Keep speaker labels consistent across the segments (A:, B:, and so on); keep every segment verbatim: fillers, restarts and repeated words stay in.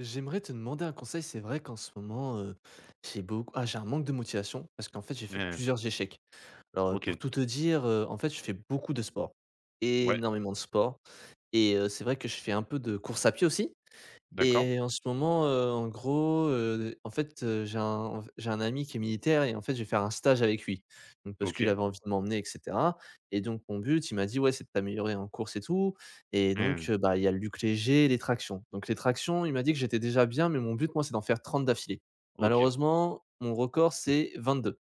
A: J'aimerais te demander un conseil. C'est vrai qu'en ce moment, heu, j'ai beaucoup ah, j'ai un manque de motivation parce qu'en fait, j'ai fait
B: Mmh
A: plusieurs échecs. Alors, heu, pour
B: OK.
A: tout te dire, heu, en fait, je fais beaucoup de sport,
B: Ouais,
A: énormément de sport, et heu, c'est vrai que je fais un peu de course à pied aussi.
B: d'accord.
A: Et en ce moment, heu, en gros, heu, en fait, heu, j'ai un j'ai un ami qui est militaire et en fait, je vais faire un stage avec lui. Donc parce qu'il
B: OK.
A: avait envie de m'emmener et cetera, et donc mon but, il m'a dit: «Ouais, c'est de t'améliorer en course et tout», et donc,
B: Mmh
A: heu, bah, il y a le luc léger et les tractions. Donc les tractions, il m'a dit que j'étais déjà bien, mais mon but, moi, c'est d'en faire trente d'affilée.
B: OK,
A: Malheureusement, mon record, c'est vingt-deux.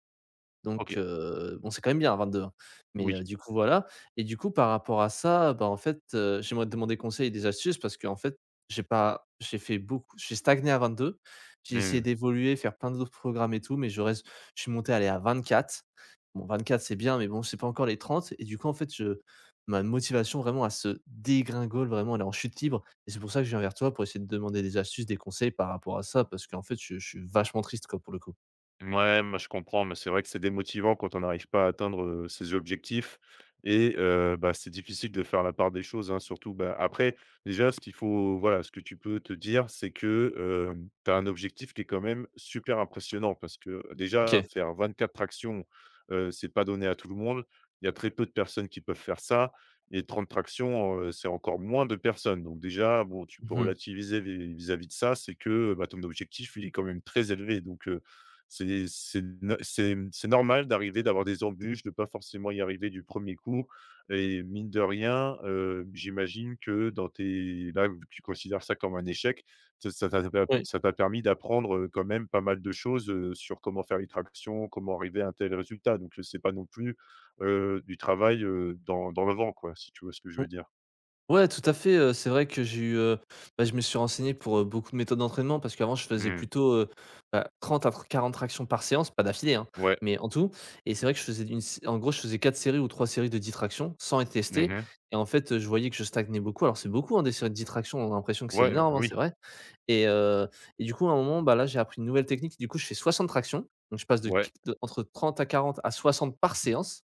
A: Donc
B: OK.
A: heu, bon, c'est quand même bien à vingt-deux ans, mais heu,
B: Oui.
A: du coup, voilà. Et du coup, par rapport à ça, bah, en fait, heu, j'aimerais te demander conseil et des astuces parce que en fait, j'ai pas j'ai fait beaucoup j'ai stagné à vingt-deux. J'ai essayé
B: Mmh.
A: d'évoluer, faire plein d'autres programmes et tout, mais je reste je suis monté, aller à vingt-quatre. Bon, quatre c'est bien, mais bon, c'est pas encore les trente et du coup, en fait, je ma motivation vraiment, à se dégringole, vraiment, elle est en chute libre, et c'est pour ça que je viens vers toi pour essayer de demander des astuces, des conseils par rapport à ça parce qu'en fait, je je suis vachement triste, quoi, pour le coup.
B: Ouais, moi je comprends, mais c'est vrai que c'est démotivant quand on n'arrive pas à atteindre, heu, ses objectifs et heu, bah, c'est difficile de faire la part des choses, hein, surtout, bah, après déjà ce qu'il faut voilà, ce que tu peux te dire, c'est que, hem, tu as un objectif qui est quand même super impressionnant parce que déjà
A: OK.
B: faire 24 tractions, heu, c'est pas donné à tout le monde. Il y a très peu de personnes qui peuvent faire ça et 30 tractions, heu, c'est encore moins de personnes. Donc déjà, bon, tu peux
A: Mmh.
B: relativiser vis vis-à-vis de ça, c'est que, bah, ton objectif, il est quand même très élevé donc c'est c'est no c'est c'est normal d'arriver, d'avoir des embûches, de pas forcément y arriver du premier coup et mine de rien, heu, j'imagine que dans tes là, vu que tu considères ça comme un échec, ça ça t'a per
A: Oui.
B: ça t'a permis d'apprendre, heu, quand même pas mal de choses, heu, sur comment faire une traction, comment arriver à un tel résultat donc, c'est pas non plus, heu, du travail, heu, dans dans le vent quoi, si tu vois ce que je veux dire?
A: Ouais, tout à fait, heu, c'est vrai que j'ai eu, heu, bah, je me suis renseigné pour, heu, beaucoup de méthodes d'entraînement parce qu'avant je faisais
B: Mmh.
A: plutôt, heu, bah, trente à quarante tractions par séance, pas d'affilée, hein,
B: Ouais.
A: mais en tout. Et c'est vrai que je faisais une s en gros, je faisais quatre séries ou trois séries de dix tractions sans être testé.
B: Mmh.
A: Et en fait, heu, je voyais que je stagnais beaucoup. Alors c'est beaucoup, hein, des séries de dix tractions, on a l'impression que c'est
B: Ouais, heu,
A: énorme, hein, c'est
B: oui.
A: vrai. Et heu et du coup, à un moment, bah, là, j'ai appris une nouvelle technique. Du coup, je fais soixante tractions. Donc je passe de q
B: Ouais.
A: de entre trente à quarante à soixante par séance.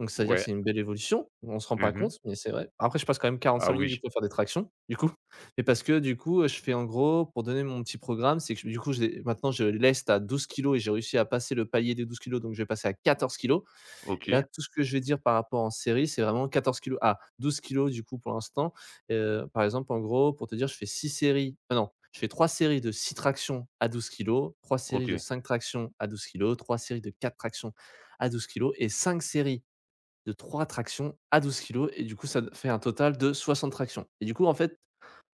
A: Donc ça veut dire que
B: Ouais.
A: c'est une belle évolution. On se rend pas
B: Mmh.
A: compte, mais c'est vrai. Après, je passe quand même
B: Ah
A: quarante-cinq minutes, du
B: oui.
A: coup, à faire des tractions, du coup. Mais parce que, du coup, je fais en gros, pour donner mon petit programme, c'est que du coup, j'ai maintenant, je leste à douze kilos et j'ai réussi à passer le palier des douze kilos donc je vais passer à quatorze kilos. Et là,
B: OK.
A: tout ce que je vais dire par rapport en série, c'est vraiment quatorze kilos ah douze kilos du coup pour l'instant. Heu, par exemple, en gros, pour te dire, je fais six séries ah non, je fais trois séries de six tractions à douze kilos, trois séries de
B: OK.
A: cinq tractions à douze kilos, trois séries de quatre tractions à douze kilos et cinq séries de trois tractions à douze kilos. Et du coup, ça fait un total de soixante tractions, et du coup, en fait,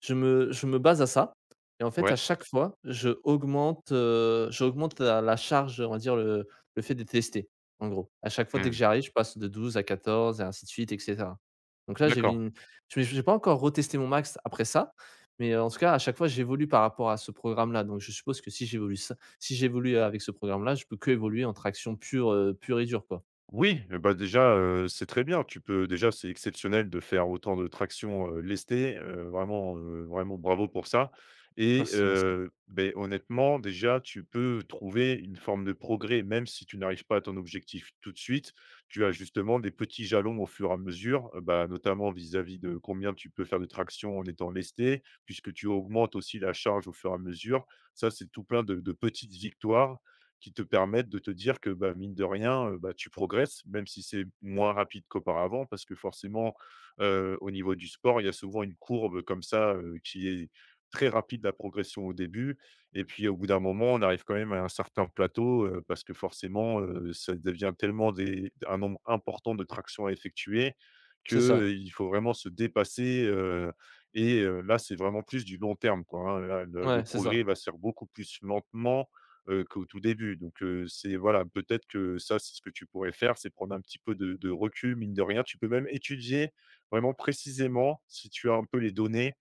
A: je me je me base à ça. Et en fait, à
B: Ouais.
A: chaque fois, je augmente, heu, j'augmente la la charge, on va dire le le fait de tester, en gros. À chaque fois, dès que
B: Mmh.
A: j'y arrive, je passe de douze à quatorze et ainsi de suite et cetera. Donc là, j'ai vu
B: D'accord.
A: une je n'ai pas encore retesté mon max après ça, mais heu, en tout cas, à chaque fois, j'évolue par rapport à ce programme-là. Donc je suppose que si j'évolue ça si j'évolue avec ce programme-là, je peux que évoluer en traction pure, heu, pure et dure, quoi.
B: Oui, heu, bah, déjà, heu, c'est très bien. Tu peux déjà, c'est exceptionnel de faire autant de traction, heu, lestée, heu, vraiment, heu, vraiment bravo pour ça et
A: Merci, merci.
B: heu, beh, honnêtement, déjà, tu peux trouver une forme de progrès, même si tu n'arrives pas à ton objectif tout de suite. Tu as justement des petits jalons au fur et à mesure, heu, bah, notamment vis-à-vis de combien tu peux faire de traction en étant lestée, puisque tu augmentes aussi la charge au fur et à mesure. Ça, c'est tout plein de de petites victoires qui te permettent de te dire que, bah, mine de rien, heu, bah, tu progresses, même si c'est moins rapide qu'auparavant. Parce que forcément, heu, au niveau du sport, il y a souvent une courbe comme ça, heu, qui est très rapide, la progression au début et puis au bout d'un moment, on arrive quand même à un certain plateau, heu, parce que forcément, heu, ça devient tellement des un nombre important de tractions à effectuer que,
A: C'est ça.
B: heu, il faut vraiment se dépasser, heu et heu, là, c'est vraiment plus du long terme, quoi, hein. Là, le
A: Ouais,
B: le
A: c'est ça.
B: progrès va se faire beaucoup plus lentement heu, qu'au tout début. Donc, heu, c'est voilà, peut-être que ça, c'est ce que tu pourrais faire, c'est prendre un petit peu de de recul, mine de rien. Tu peux même étudier vraiment précisément, si tu as un peu les données,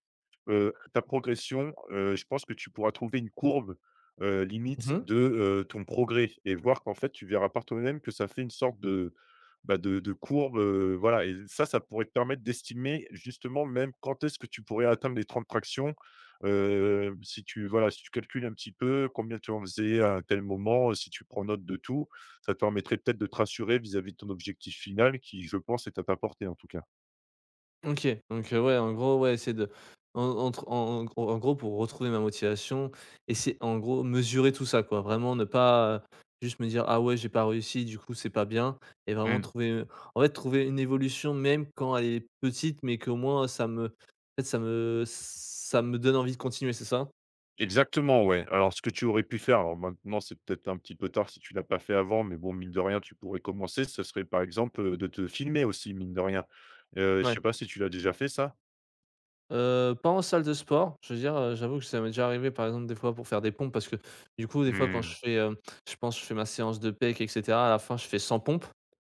B: Heu, ta progression, heu, je pense que tu pourras trouver une courbe, heu, limite
A: Mmh.
B: de, heu, ton progrès et voir qu'en fait, tu verras par toi-même que ça fait une sorte de, bah, de de courbe, heu, voilà et ça, ça pourrait te permettre d'estimer justement même quand est-ce que tu pourrais atteindre les trente tractions. Heu, si tu voilà, si tu calcules un petit peu combien tu en faisais à un tel moment, si tu prends note de tout, ça te permettrait peut-être de te rassurer vis-à-vis de ton objectif final qui, je pense, est à ta portée en tout cas.
A: OK, donc, heu, ouais, en gros, ouais, essayer de en entre en en gros en gros pour retrouver ma motivation, essayer en gros, mesurer tout ça, quoi. Vraiment ne pas, heu, juste me dire: «Ah ouais, j'ai pas réussi, du coup, c'est pas bien», et vraiment trouver, en fait, trouver une évolution même quand elle est petite, mais qu'au moins ça me en fait, ça me ça me donne envie de continuer, c'est ça?
B: Exactement, ouais. Alors ce que tu aurais pu faire, alors maintenant c'est peut-être un petit peu tard si tu l'as pas fait avant, mais bon, mine de rien, tu pourrais commencer, ce serait par exemple, heu, de te filmer aussi, mine de rien. Heu, je
A: Ouais.
B: sais pas si tu l'as déjà fait ça?
A: Heu, pas en salle de sport, je veux dire, heu, j'avoue que ça m'est déjà arrivé, par exemple, des fois pour faire des pompes parce que, du coup, des fois, quand je
B: Mmh,
A: fais, heu, je pense je fais ma séance de pec et cetera, à la fin, je fais cent pompes.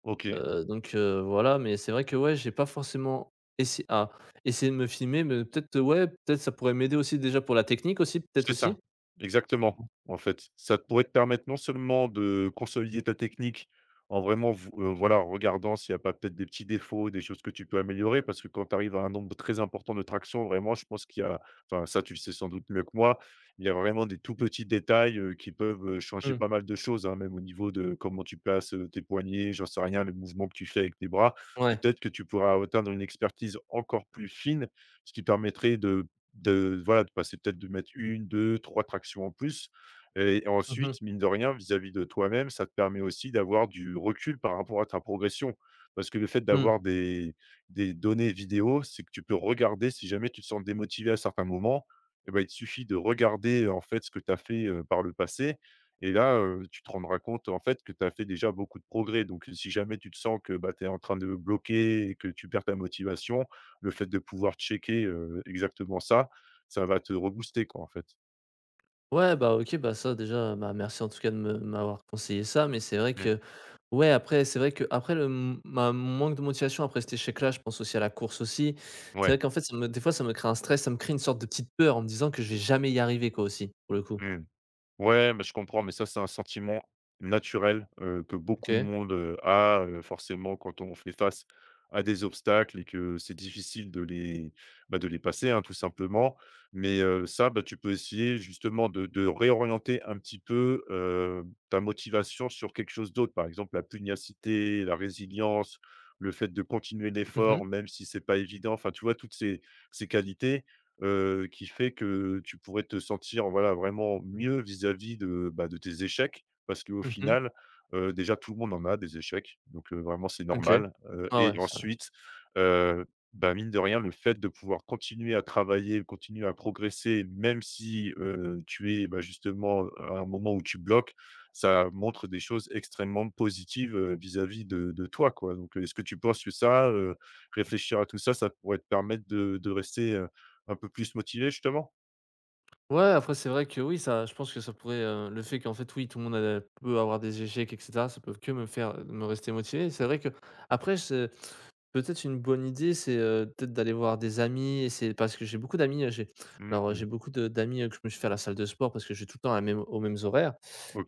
B: OK.
A: Heu, donc heu, voilà, mais c'est vrai que ouais, j'ai pas forcément essayé à essayer de me filmer, mais peut-être, ouais, peut-être ça pourrait m'aider aussi déjà pour la technique aussi, peut-être
B: C'est ça,
A: aussi?
B: exactement, en fait. Ça pourrait te permettre non seulement de consolider ta technique en vraiment v heu, voilà, en regardant s'il n'y a pas peut-être des petits défauts, des choses que tu peux améliorer parce que quand tu arrives à un nombre très important de tractions, vraiment, je pense qu'il y a enfin, ça, tu le sais sans doute mieux que moi, il y a vraiment des tout petits détails, heu, qui peuvent, heu, changer
A: Mmh.
B: pas mal de choses, hein, même au niveau de comment tu places, heu, tes poignets, j'en sais rien, les mouvements que tu fais avec tes bras.
A: Ouais.
B: Peut-être que tu pourras atteindre une expertise encore plus fine, ce qui permettrait de de voilà, de passer peut-être de mettre une deux trois tractions en plus et
A: Mmh mh.
B: ensuite, mine de rien, vis-à-vis de toi-même, ça te permet aussi d'avoir du recul par rapport à ta progression. Parce que le fait
A: Mmh.
B: d'avoir des des données vidéo, c'est que tu peux regarder si jamais tu te sens démotivé à certains moments et ben il te suffit de regarder, en fait, ce que tu as fait, heu, par le passé et là, heu, tu te rendras compte, en fait, que tu as fait déjà beaucoup de progrès. Donc si jamais tu te sens que, bah, tu es en train de bloquer et que tu perds ta motivation, le fait de pouvoir checker, heu, exactement ça, ça va te rebooster quoi, en fait.
A: Ouais, bah, OK, bah, ça déjà, bah, merci en tout cas de me m'avoir conseillé ça, mais c'est vrai
B: Mmh.
A: que ouais, après c'est vrai que après le m ma manque de motivation après cet échec-là, je pense aussi à la course aussi. C'est vrai
B: Ouais,
A: qu'en fait ça me des fois ça me crée un stress, ça me crée une sorte de petite peur en me disant que je vais jamais y arriver quoi aussi, pour le coup.
B: mmh. Ouais, mais je comprends, mais ça, c'est un sentiment naturel, heu, que beaucoup de
A: OK.
B: monde, heu, a, heu, forcément quand on fait face à des obstacles et que c'est difficile de les, bah, de les passer, hein, tout simplement. Mais, heu, ça, bah, tu peux essayer justement de de réorienter un petit peu, heu, ta motivation sur quelque chose d'autre. Par exemple, la pugnacité, la résilience, le fait de continuer
A: Mmh mh.
B: l'effort, même si c'est pas évident. Enfin, tu vois, toutes ces ces qualités heu, qui fait que tu pourrais te sentir, voilà, vraiment mieux vis-à-vis de, bah, de tes échecs. Parce qu'au
A: Mmh.
B: final, heu, déjà tout le monde en a des échecs, donc heu, vraiment c'est
A: OK.
B: normal, heu
A: Ah ouais,
B: et
A: ça.
B: ensuite, heu, bah, mine de rien, le fait de pouvoir continuer à travailler, continuer à progresser, même si, heu, tu es, bah, justement à un moment où tu bloques, ça montre des choses extrêmement positives, heu, vis-à-vis de de toi, quoi. Donc heu, est-ce que tu penses que ça, heu, réfléchir à tout ça, ça pourrait te permettre de de rester, un peu plus motivé justement?
A: Ouais, après c'est vrai que oui, ça je pense que ça pourrait, heu, le fait qu'en fait, oui, tout le monde a peut avoir des échecs et cetera, ça peut que me faire euh, me rester motivé. C'est vrai que après, c'est peut-être une bonne idée, c'est, heu, peut-être d'aller voir des amis, et c'est parce que j'ai beaucoup d'amis, heu, j'ai alors, heu, j'ai
B: Mmh
A: beaucoup de d'amis, heu, que je me suis fait à la salle de sport parce que je vais tout le temps à la même aux mêmes horaires.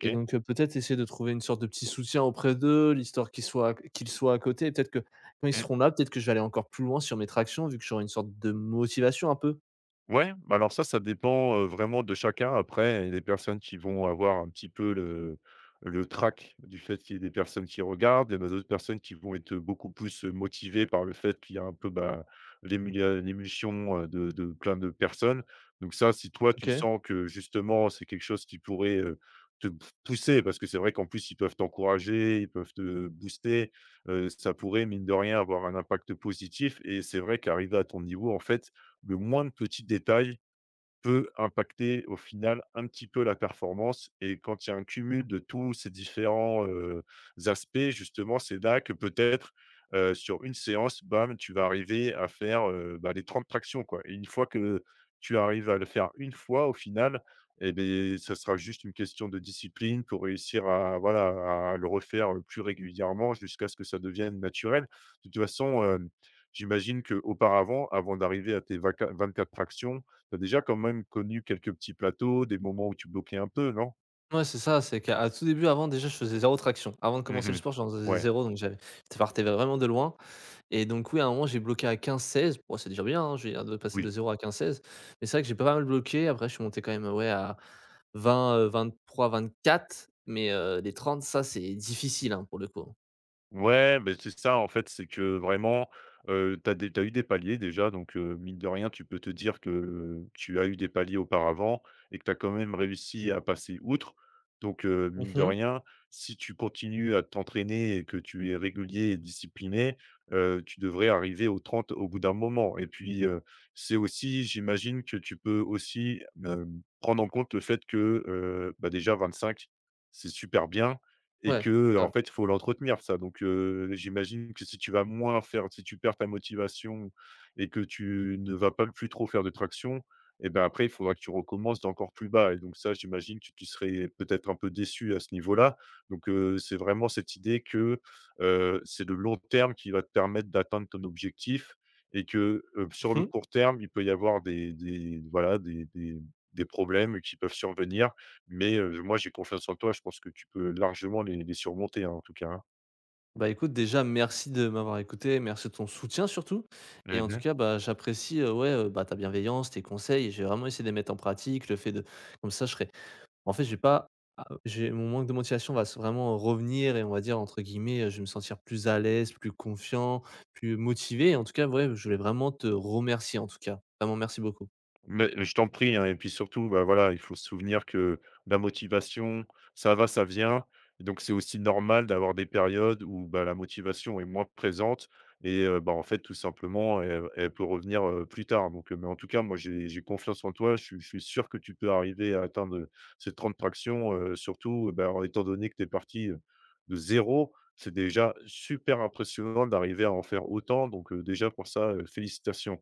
A: Et donc, heu, peut-être essayer de trouver une sorte de petit soutien auprès d'eux, l'histoire qu'ils soient qu'ils soient à côté, et peut-être que quand ils
B: Mmh.
A: seront là, peut-être que je vais aller encore plus loin sur mes tractions vu que j'aurai une sorte de motivation un peu.
B: Ouais, bah, alors ça, ça dépend, heu, vraiment de chacun. Après, il y a des personnes qui vont avoir un petit peu le le trac du fait qu'il y ait des personnes qui regardent, il y en a d'autres personnes qui vont être, beaucoup plus, heu, motivées par le fait qu'il y a un peu, bah, l'émul l'émulsion, heu, de de plein de personnes. Donc ça, si toi, tu
A: OK.
B: sens que justement, c'est quelque chose qui pourrait, heu, te p pousser parce que c'est vrai qu'en plus, ils peuvent t'encourager, ils peuvent te booster, heu, ça pourrait, mine de rien, avoir un impact positif et c'est vrai qu'arriver à ton niveau, en fait, le moindre petit détail peut impacter au final un petit peu la performance et quand il y a un cumul de tous ces différents, heu, aspects justement, c'est là que peut-être, heu, sur une séance, bam, tu vas arriver à faire, heu, bah, les trente tractions quoi et une fois que tu arrives à le faire une fois au final et bien ça sera juste une question de discipline pour réussir à voilà, à le refaire, heu, plus régulièrement jusqu'à ce que ça devienne naturel. De toute façon, hem, j'imagine qu'auparavant, avant d'arriver à tes vaca quatre tractions tu as déjà quand même connu quelques petits plateaux, des moments où tu bloquais un peu, non?
A: Ouais, c'est ça, c'est qu'à à tout début, avant, déjà, je faisais zéro traction. Avant de commencer le
B: Mmh.
A: sport, j'en faisais
B: Ouais,
A: zéro donc j'avais ça partait vraiment de loin. Et donc oui, à un moment, j'ai bloqué à quinze seize. Bon, c'est déjà bien, hein, je veux de passer de
B: oui.
A: zéro à quinze seize, mais c'est vrai que j'ai pas mal bloqué. Après, je suis monté quand même, ouais, à vingt, vingt trois, vingt quatre, mais heu, les trente ça, c'est difficile, hein, pour le coup.
B: Ouais, beh, c'est ça en fait, c'est que vraiment, heu, tu des tu eu des paliers déjà donc heu, mine de rien, tu peux te dire que tu as eu des paliers auparavant et que tu as quand même réussi à passer outre donc heu, mine de
A: Mmh.
B: rien, si tu continues à t'entraîner et que tu es régulier et discipliné, heu, tu devrais arriver aux trente au bout d'un moment et puis, heu, c'est aussi j'imagine que tu peux aussi, hem, prendre en compte le fait que, heu, bah, déjà vingt-cinq, c'est super bien. Et
A: Ouais,
B: que
A: ouais.
B: en fait, il faut l'entretenir ça. Donc, heu, j'imagine que si tu vas moins faire si tu perds ta motivation et que tu ne vas pas plus trop faire de traction et ben, après, il faudra que tu recommences d'encore plus bas et donc ça, j'imagine que tu serais peut-être un peu déçu à ce niveau-là. Donc, heu, c'est vraiment cette idée que, heu, c'est le long terme qui va te permettre d'atteindre ton objectif et que, heu, sur le
A: Mmh.
B: court terme, il peut y avoir des des voilà, des des des problèmes qui peuvent survenir mais, heu, moi j'ai confiance en toi, je pense que tu peux largement les les surmonter, hein, en tout cas, hein.
A: Bah, écoute, déjà, merci de m'avoir écouté, merci de ton soutien surtout. Et en tout
B: Mmh.
A: cas, bah, j'apprécie, heu, ouais, heu, bah, ta bienveillance, tes conseils. J'ai vraiment essayé de les mettre en pratique. Le fait de comme ça, je serai en fait, je vais pas a j'ai mon manque de motivation va se vraiment revenir et on va dire, entre guillemets, heu, je vais me sentir plus à l'aise, plus confiant, plus motivé. En tout cas, ouais, je voulais vraiment te remercier en tout cas. Vraiment merci beaucoup.
B: Mais je t'en prie, hein, et puis surtout, bah, voilà, il faut se souvenir que la motivation, ça va, ça vient. Et donc, c'est aussi normal d'avoir des périodes où bah, la motivation est moins présente. Et euh, bah, en fait, tout simplement, elle, elle peut revenir euh, plus tard. Donc, euh, mais en tout cas, moi, j'ai j'ai confiance en toi. Je, suis je suis sûr que tu peux arriver à atteindre ces trente tractions, euh, surtout euh, bah, en étant donné que tu es parti euh, de zéro. C'est déjà super impressionnant d'arriver à en faire autant. Donc, euh, déjà, pour ça, euh, félicitations.